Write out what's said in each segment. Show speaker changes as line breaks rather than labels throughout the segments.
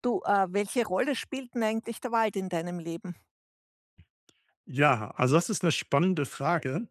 Du, welche Rolle spielt denn eigentlich der Wald in deinem Leben?
Ja, also das ist eine spannende Frage.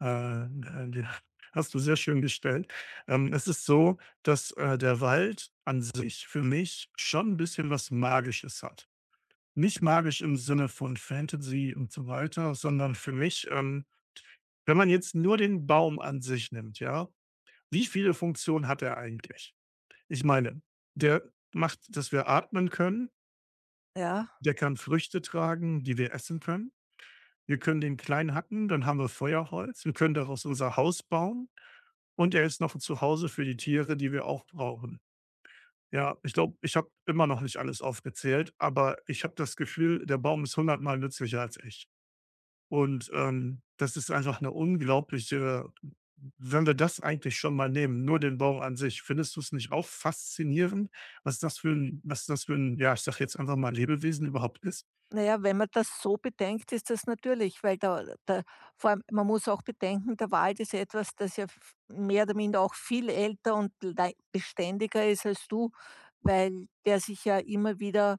Äh, die hast du sehr schön gestellt. Es ist so, dass, der Wald an sich für mich schon ein bisschen was Magisches hat. Nicht magisch im Sinne von Fantasy und so weiter, sondern für mich, wenn man jetzt nur den Baum an sich nimmt, ja, wie viele Funktionen hat er eigentlich? Ich meine, der macht, dass wir atmen können,
Ja,
der kann Früchte tragen, die wir essen können. Wir können den klein hacken, dann haben wir Feuerholz. Wir können daraus unser Haus bauen und er ist noch ein Zuhause für die Tiere, die wir auch brauchen. Ja, ich glaube, ich habe immer noch nicht alles aufgezählt, aber ich habe das Gefühl, der Baum ist hundertmal nützlicher als ich. Und, das ist einfach eine unglaubliche wenn wir das eigentlich schon mal nehmen, nur den Baum an sich, findest du es nicht auch faszinierend, was das für ein, ja, ich sage jetzt einfach mal Lebewesen überhaupt ist?
na ja, wenn man das so bedenkt, ist das natürlich, weil da vor allem man muss auch bedenken, der Wald ist etwas, das ja v mehr oder minder auch viel älter und lei beständiger ist als du, weil der sich ja immer wieder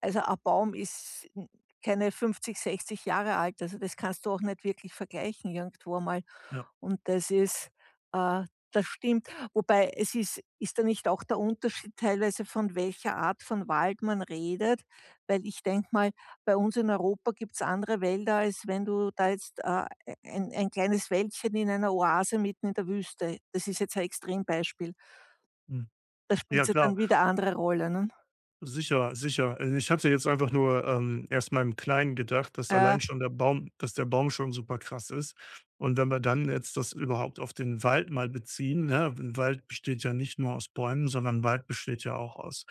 also, ein Baum ist n keine 50, 60 Jahre alt, also das kannst du auch nicht wirklich vergleichen irgendwo mal.
Ja,
Und das ist äh, das stimmt. Wobei es ist da nicht auch der Unterschied teilweise, von welcher Art von Wald man redet? Weil ich denke mal, bei uns in Europa gibt es andere Wälder, als wenn du da jetzt, ein kleines Wäldchen in einer Oase mitten in der Wüste, das ist jetzt ein Extrembeispiel.
mhm.
Da spielt's
Ja,
ja
klar.
dann wieder andere Rolle, ne?
Sicher, sicher. Ich hatte jetzt einfach nur, erst mal im Kleinen gedacht, dass
Äh
allein schon der Baum dass der Baum schon super krass ist. Und wenn wir dann jetzt das überhaupt auf den Wald mal beziehen, ne? Ein Wald besteht ja nicht nur aus Bäumen, sondern Wald besteht ja auch aus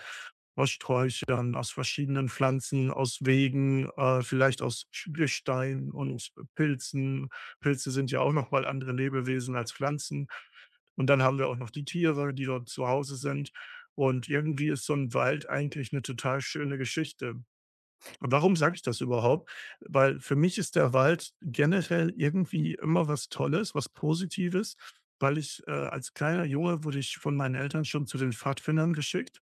aus Sträuchern, aus verschiedenen Pflanzen, aus Wegen, vielleicht aus Sch Gestein und Pilzen. Pilze sind ja auch noch mal andere Lebewesen als Pflanzen. Und dann haben wir auch noch die Tiere, die dort zu Hause sind. Und irgendwie ist so ein Wald eigentlich eine total schöne Geschichte. Warum sage ich das überhaupt? Weil für mich ist der Wald generell irgendwie immer was Tolles, was Positives, weil als kleiner Junge wurde ich von meinen Eltern schon zu den Pfadfindern geschickt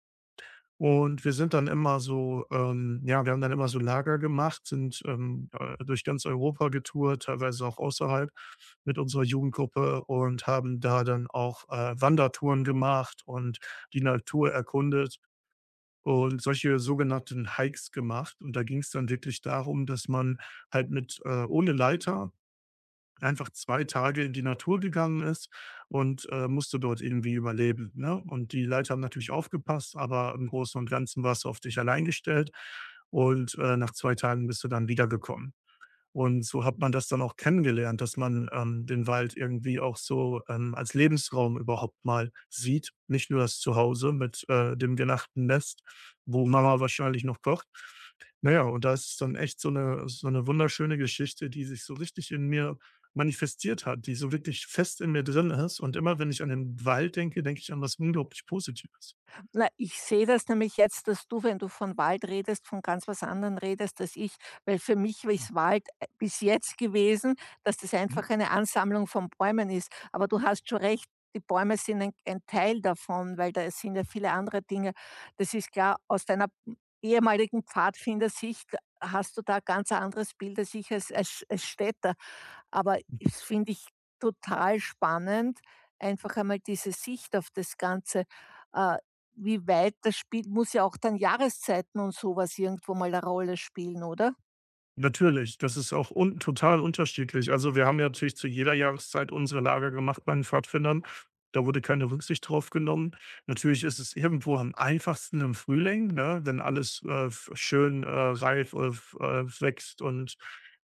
und wir sind dann immer so, ja, wir haben dann immer so Lager gemacht, sind, durch ganz Europa getourt, teilweise auch außerhalb mit unserer Jugendgruppe und haben da dann auch, Wandertouren gemacht und die Natur erkundet und solche sogenannten Hikes gemacht. Und da ging es dann wirklich darum, dass man halt mit ohne Leiter einfach 2 Tage in die Natur gegangen ist und, musste dort irgendwie überleben, ne? Und die Leiter haben natürlich aufgepasst, aber im Großen und Ganzen warst du auf dich allein gestellt und, nach 2 Tagen bist du dann wiedergekommen. Und so hat man das dann auch kennengelernt, dass man, den Wald irgendwie auch so, als Lebensraum überhaupt mal sieht. Nicht nur das Zuhause mit, dem genackten Nest, wo Mama wahrscheinlich noch kocht. Naja, und da ist dann echt so eine wunderschöne Geschichte, die sich so richtig in mir manifestiert hat, die so wirklich fest in mir drin ist. Und immer wenn ich an den Wald denke, denke ich an was unglaublich Positives.
Na, ich sehe das nämlich jetzt, dass du, wenn du von Wald redest, von ganz was anderem redest als ich, weil für mich ist Wald bis jetzt gewesen, dass das einfach eine Ansammlung von Bäumen ist. Aber du hast schon recht, die Bäume sind ein Teil davon, weil da sind ja viele andere Dinge. Das ist klar, aus deiner ehemaligen Pfadfindersicht hast du da ein ganz anderes Bild als ich als Städter. Aber es finde ich total spannend, einfach einmal diese Sicht auf das Ganze, äh, wie weit das spielt, muss ja auch dann Jahreszeiten und so was irgendwo mal eine Rolle spielen, oder?
Natürlich, das ist auch un total unterschiedlich. Also, wir haben ja natürlich zu jeder Jahreszeit unsere Lager gemacht bei den Pfadfindern. Da wurde keine Rücksicht drauf genommen. Natürlich ist es irgendwo am einfachsten im Frühling, ne, wenn alles, f schön, reif, f wächst und,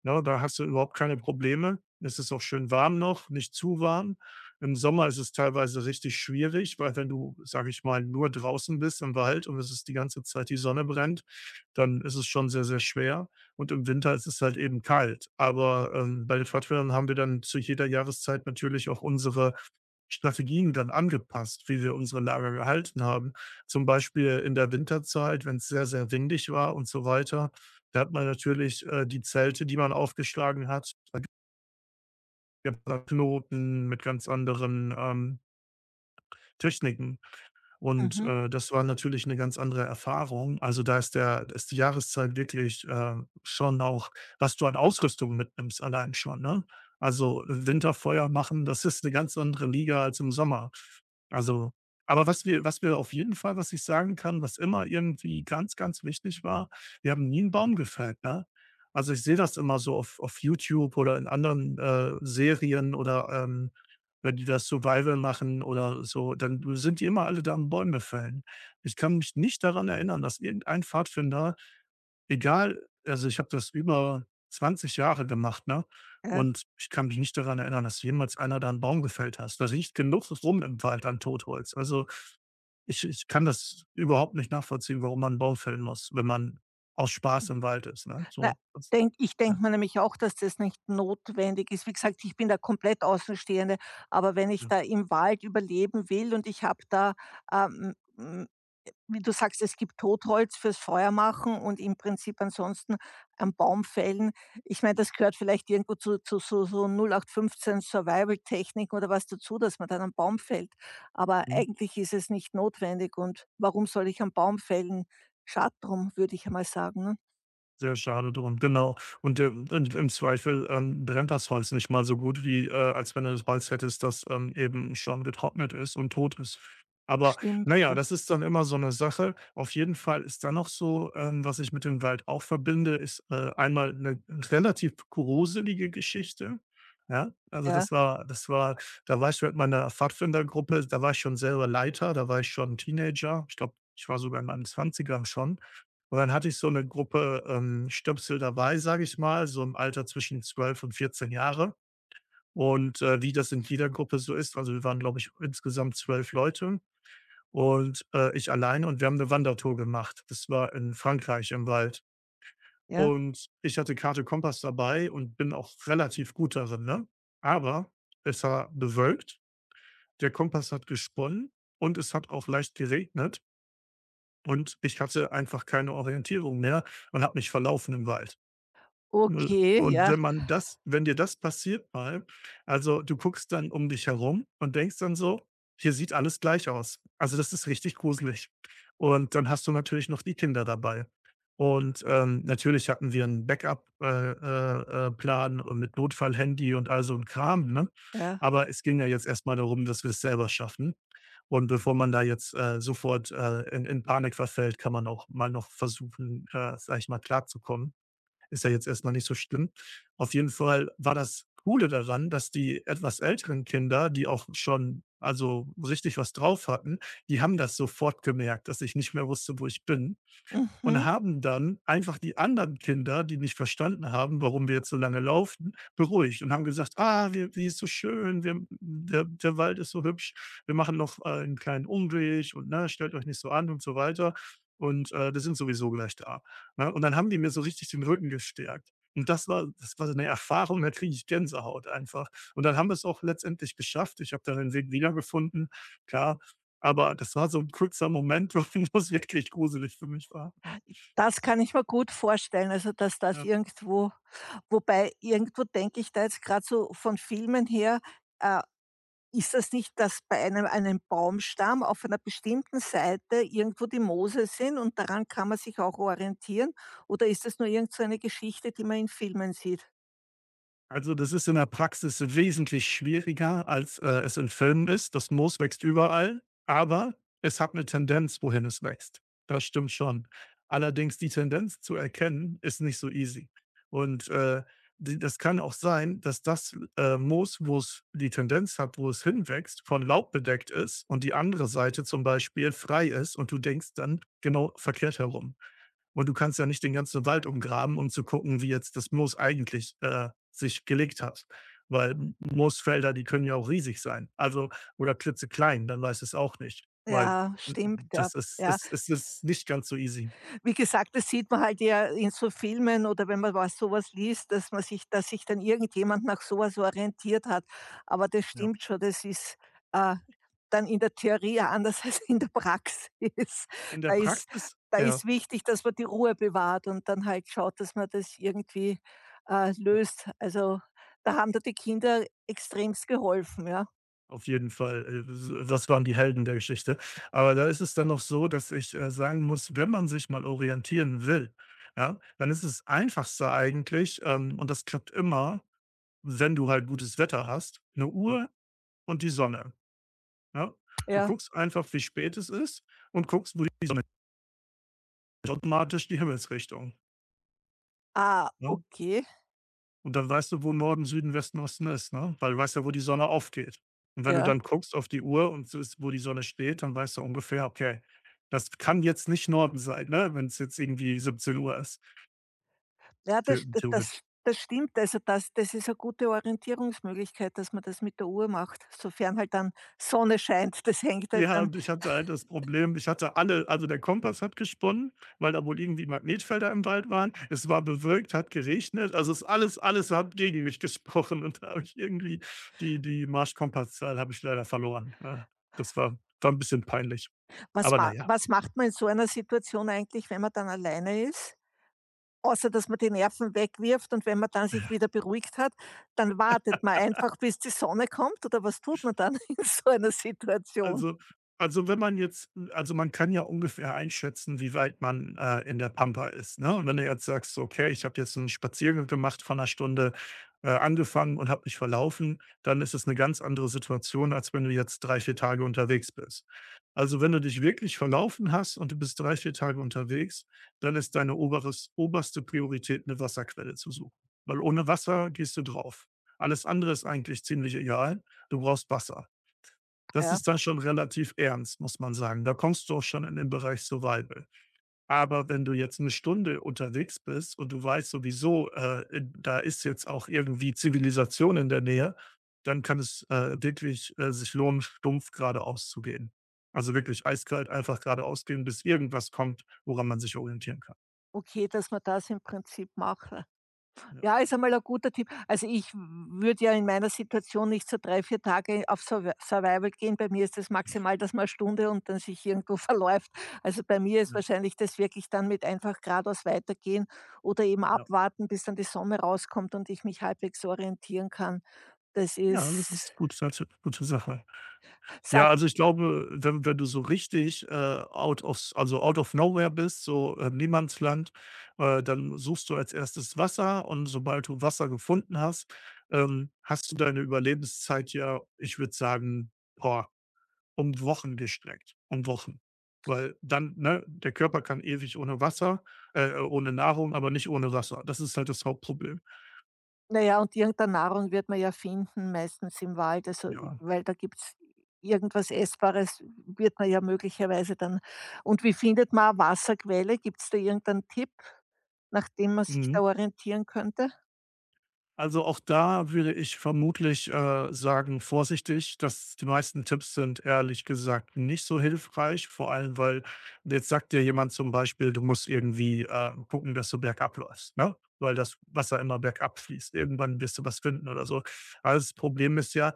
ne, da hast du überhaupt keine Probleme. Es ist auch schön warm noch, nicht zu warm. Im Sommer ist es teilweise richtig schwierig, weil wenn du, sage ich mal, nur draußen bist im Wald und es ist die ganze Zeit die Sonne brennt, dann ist es schon sehr, sehr schwer. Und im Winter ist es halt eben kalt. Aber, bei den Pfadfindern haben wir dann zu jeder Jahreszeit natürlich auch unsere Strategien dann angepasst, wie wir unsere Lager gehalten haben. Zum Beispiel in der Winterzeit, wenn es sehr, sehr windig war und so weiter, da hat man natürlich, die Zelte, die man aufgeschlagen hat, da gibt's ja Knoten mit ganz anderen, Techniken. Und,
Mhm.
das war natürlich eine ganz andere Erfahrung. Also, da ist die Jahreszeit wirklich, schon auch was du an Ausrüstung mitnimmst allein schon, ne? Also, Winterfeuer machen, das ist eine ganz andere Liga als im Sommer. Also aber was wir auf jeden Fall, was ich sagen kann, was immer irgendwie ganz, ganz wichtig war, wir haben nie einen Baum gefällt, ne? Also, ich sehe das immer so auf YouTube oder in anderen, Serien oder, wenn die das Survival machen oder so, dann sind die immer alle da am Bäume fällen. Ich kann mich nicht daran erinnern, dass irgendein Pfadfinder, egal also ich habe das über 20 Jahre gemacht, ne?
Ja.
Und ich kann mich nicht daran erinnern, dass jemals einer da einen Baum gefällt hat. Da liegt genug rum im Wald an Totholz. Also, ich kann das überhaupt nicht nachvollziehen, warum man 'n Baum fällen muss, wenn man aus Spaß im Wald ist, ne?
Na,
So, das ja,
denke mir nämlich auch, dass das nicht notwendig ist. Wie gesagt, ich bin da komplett Außenstehende, aber wenn ich
ja.
da im Wald überleben will und ich habe da, ähm, Wenn du sagst, es gibt Totholz fürs Feuer machen und im Prinzip ansonsten am Baum fällen. Ich meine, das gehört vielleicht irgendwo zu so 08/15 Survival-Technik oder was dazu, dass man dann am Baum fällt. Aber
Mhm.
eigentlich ist es nicht notwendig und warum soll ich am Baum fällen? Schade drum, würde ich einmal sagen, ne?
Sehr schade drum, genau. Und im Zweifel, brennt das Holz nicht mal so gut wie, als wenn du das Holz hättest, das, eben schon getrocknet ist und tot ist. Aber
Stimmt,
na ja,
ja,
das ist dann immer so eine Sache. Auf jeden Fall ist dann noch so, was ich mit dem Wald auch verbinde, ist, einmal eine relativ gruselige Geschichte, ja? Also,
ja,
das war da war ich mit meiner Pfadfindergruppe, da war ich schon selber Leiter, da war ich schon Teenager. Ich glaube, ich war sogar in meinen Zwanzigern schon. Und dann hatte ich so eine Gruppe, Stöpsel dabei, sage ich mal, so im Alter zwischen 12 und 14 Jahre. Und, wie das in jeder Gruppe so ist, also, wir waren, glaube ich, insgesamt 12 Leute und, ich alleine und wir haben eine Wandertour gemacht. Das war in Frankreich im Wald.
ja.
Und ich hatte Karte, Kompass dabei und bin auch relativ gut darin, ne? Aber es war bewölkt, der Kompass hat gesponnen und es hat auch leicht geregnet und ich hatte einfach keine Orientierung mehr und habe mich verlaufen im Wald. Äh,
Okay,
und
ja,
wenn man das wenn dir das passiert mal, also, du guckst dann um dich herum und denkst dann so: „Hier sieht alles gleich aus.“ Also, das ist richtig gruselig. Und dann hast du natürlich noch die Kinder dabei. Und, natürlich hatten wir einen Backup Plan und mit Notfallhandy und all so 'n Kram, ne?
ja.
Aber es ging ja jetzt erstmal darum, dass wir es selber schaffen. Und bevor man da jetzt, sofort, in Panik verfällt, kann man auch mal noch versuchen, sage ich mal, klarzukommen. Ist ja jetzt erstmal nicht so schlimm. Auf jeden Fall war das Coole daran, dass die etwas älteren Kinder, die auch schon also richtig was drauf hatten, die haben das sofort gemerkt, dass ich nicht mehr wusste, wo ich bin und
Mhm.
haben dann einfach die anderen Kinder, die nicht verstanden haben, warum wir jetzt so lange laufen, beruhigt und haben gesagt: „Ah, wir die ist so schön, wir der Wald ist so hübsch, wir machen noch einen kleinen Umweg und, ne, stellt euch nicht so an“ und so weiter. Und, wir sind sowieso gleich da, ne? Und dann haben die mir so richtig den Rücken gestärkt. Und das war so 'ne Erfahrung, da kriege ich Gänsehaut einfach. Und dann haben wir es auch letztendlich geschafft. Ich habe dann den Weg wiedergefunden, klar, aber das war so ein kurzer Moment, wo es wirklich gruselig für mich war, ja.
Das kann ich mir gut vorstellen, also, dass das
Ja.
irgendwo, wobei irgendwo denke ich da jetzt grad so von Filmen her, äh, ist das nicht, dass bei einem Baumstamm auf einer bestimmten Seite irgendwo die Moose sind und daran kann man sich auch orientieren? Oder ist das nur irgend so eine Geschichte, die man in Filmen sieht?
Also, das ist in der Praxis wesentlich schwieriger, als, es in Filmen ist. Das Moos wächst überall, aber es hat eine Tendenz, wohin es wächst. Das stimmt schon. Allerdings die Tendenz zu erkennen, ist nicht so easy. Und, d das kann auch sein, dass das, Moos, wo es die Tendenz hat, wo es hinwächst, von Laub bedeckt ist und die andere Seite zum Beispiel frei ist und du denkst dann genau verkehrt herum. Und du kannst ja nicht den ganzen Wald umgraben, um zu gucken, wie jetzt das Moos eigentlich, sich gelegt hat, weil Moosfelder, die können ja auch riesig sein, also oder klitzeklein, dann weiß es auch nicht, weil
Ja,
d
stimmt, ja.
das ist
Ja.
es es ist nicht ganz so easy,
Wie gesagt, das sieht man halt ja in so Filmen oder wenn man was sowas liest, dass man sich dass sich dann irgendjemand nach sowas orientiert hat. Aber das
ja.
stimmt schon, das ist, äh, dann in der Theorie ja anders als in der Praxis.
In der
Da ist
Praxis
Da
ja,
ist wichtig, dass man die Ruhe bewahrt und dann halt schaut, dass man das irgendwie,
ja,
löst. Also, da die Kinder extremst geholfen, ja.
auf jeden Fall, s das waren die Helden der Geschichte. Aber da ist es dann noch so, dass ich, sagen muss, wenn man sich mal orientieren will, ja, dann ist es Einfachste eigentlich, und das klappt immer, wenn du halt gutes Wetter hast, eine Uhr und die Sonne, ja? Du
Ja.
guckst einfach, wie spät es ist und guckst, wo die Sonne ist, automatisch die Himmelsrichtung,
Ah,
ne?
okay.
Und dann weißt du, wo Norden, Süden, Westen, Osten ist, ne? Weil du weißt ja, wo die Sonne aufgeht. Und wenn du
Ja.
dann guckst auf die Uhr und siehst, wo die Sonne steht, dann weißt du ungefähr: „Okay, das kann jetzt nicht Norden sein", ne, wenn es jetzt irgendwie 17 Uhr ist,
Ja, das
theoretisch.
das das stimmt. Also, das das ist eine gute Orientierungsmöglichkeit, dass man das mit der Uhr macht, sofern halt dann Sonne scheint. Das hängt halt
Ja,
dann,
und ich hatte halt das Problem, ich hatte alle also der Kompass hat gesponnen, weil da wohl irgendwie Magnetfelder im Wald waren. Es war bewölkt, hat geregnet, also es alles hat gegen mich gesprochen, und da habe ich irgendwie die Marschkompasszahl habe ich leider verloren, ja. Das war ein bisschen peinlich. Aber na ja.
was macht man in so einer Situation eigentlich, wenn man dann alleine ist? Außer, dass man die Nerven wegwirft und wenn man dann sich wieder beruhigt hat, dann wartet man einfach, bis die Sonne kommt, oder was tut man dann in so einer Situation?
Also also, wenn man jetzt also, man kann ja ungefähr einschätzen, wie weit man, in der Pampa ist, ne? Und wenn du jetzt sagst, so: „Okay, ich habe jetzt einen Spaziergang gemacht von 1 Stunde, angefangen und habe mich verlaufen", dann ist es eine ganz andere Situation, als wenn du jetzt 3-4 Tage unterwegs bist. Also, wenn du dich wirklich verlaufen hast und du bist 3-4 Tage unterwegs, dann ist deine oberes oberste Priorität, eine Wasserquelle zu suchen, weil ohne Wasser gehst du drauf. Alles andere ist eigentlich ziemlich egal, du brauchst Wasser. Das
Ja,
ist dann schon relativ ernst, muss man sagen. Da kommst du auch schon in den Bereich Survival. Aber wenn du jetzt 1 Stunde unterwegs bist und du weißt sowieso, da ist jetzt auch irgendwie Zivilisation in der Nähe, dann kann es, wirklich, sich lohnen, stumpf geradeaus zu gehen. Also, wirklich eiskalt einfach geradeaus gehen, bis irgendwas kommt, woran man sich orientieren kann.
okay, dass man das im Prinzip macht.
Ja,
Ja, ist einmal ein guter Tipp. Also, ich würde ja in meiner Situation nicht so 3 4 Tage auf Survival gehen. Bei mir ist das maximal, dass man 'ne Stunde und dann sich irgendwo verläuft. Also, bei mir ist
ja,
wahrscheinlich das wirklich dann mit einfach geradeaus weitergehen oder eben
ja.
abwarten, bis dann die Sonne rauskommt und ich mich halbwegs orientieren kann. Das
Ja, das
ist
ist gut, das ist eine gute Sache.
sa
Ja, also ich glaube, wenn du so richtig, out of also out of nowhere bist, so, Niemandsland, dann suchst du als Erstes Wasser, und sobald du Wasser gefunden hast, hast du deine Überlebenszeit, ja, ich würde sagen, boah, um Wochen gestreckt, um Wochen. Weil dann, ne, der Körper kann ewig ohne Nahrung, aber nicht ohne Wasser. Das ist halt das Hauptproblem.
Na ja, und irgendeine Nahrung wird man ja finden, meistens im Wald, also,
Ja.
weil da gibt's irgendwas Essbares wird man ja möglicherweise dann, und wie findet man eine Wasserquelle? Gibt's da irgendeinen Tipp, nach dem man sich da
Mhm.
orientieren könnte?
Also auch da würde ich vermutlich, sagen, vorsichtig, dass die meisten Tipps sind ehrlich gesagt nicht so hilfreich, vor allem, weil jetzt sagt dir jemand zum Beispiel, du musst irgendwie, gucken, dass du bergab läufst, ne? Weil das Wasser immer bergab fließt. Irgendwann wirst du was finden oder so. Also das Problem ist ja,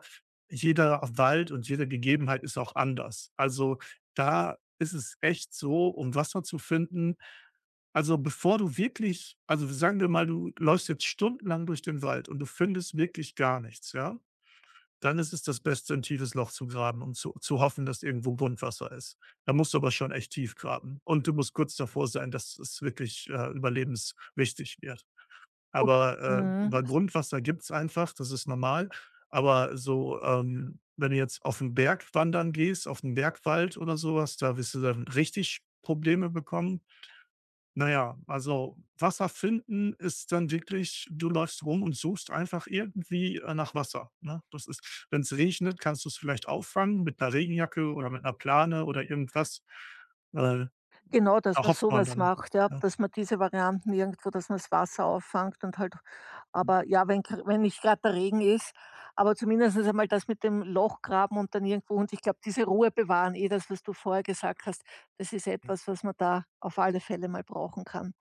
jeder Wald und jede Gegebenheit ist auch anders. Also da ist es echt so, um Wasser zu finden, also, bevor du wirklich, also, sagen wir mal, du läufst jetzt stundenlang durch den Wald und du findest wirklich gar nichts, ja? Dann ist es das Beste, ein tiefes Loch zu graben und zu hoffen, dass irgendwo Grundwasser ist. Da musst du aber schon echt tief graben und du musst kurz davor sein, dass es wirklich, überlebenswichtig wird.
O
Aber,
Mhm.
weil Grundwasser gibt's einfach, das ist normal, aber so, wenn du jetzt auf den Berg wandern gehst, auf den Bergwald oder sowas, da wirst du dann richtig Probleme bekommen. Na ja, also Wasser finden ist dann wirklich, du läufst rum und suchst einfach irgendwie, nach Wasser, ne? Das ist, wenn es regnet, kannst du es vielleicht auffangen mit einer Regenjacke oder mit einer Plane oder irgendwas. Äh,
Genau, dass
da
man
hofft
so
man
was
dann,
macht, ja,
ne?
dass man diese Varianten irgendwo, dass man das Wasser auffangt und halt,
Mhm,
aber ja, wenn gr wenn nicht gerade der Regen ist, aber zumindest einmal das mit dem Loch graben und dann irgendwo, und ich glaube, diese Ruhe bewahren, eh das, was du vorher gesagt hast, das ist
ja,
etwas, was man da auf alle Fälle mal brauchen kann.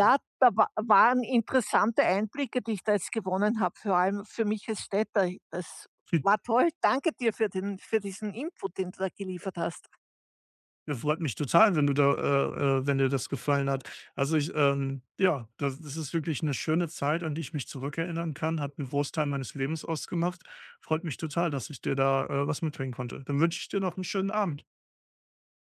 ja.
da wa waren interessante Einblicke, die ich da jetzt gewonnen habe, vor allem für mich als Städter. Das
Hm,
war toll. Danke dir für den für diesen Input, den du da geliefert hast.
ja, freut mich total, wenn du da wenn dir das gefallen hat. Also, ich, ja, das das ist wirklich eine schöne Zeit, an die ich mich zurückerinnern kann, hat einen Großteil meines Lebens ausgemacht. Freut mich total, dass ich dir da, was mitbringen konnte. Dann wünsche ich dir noch einen schönen Abend.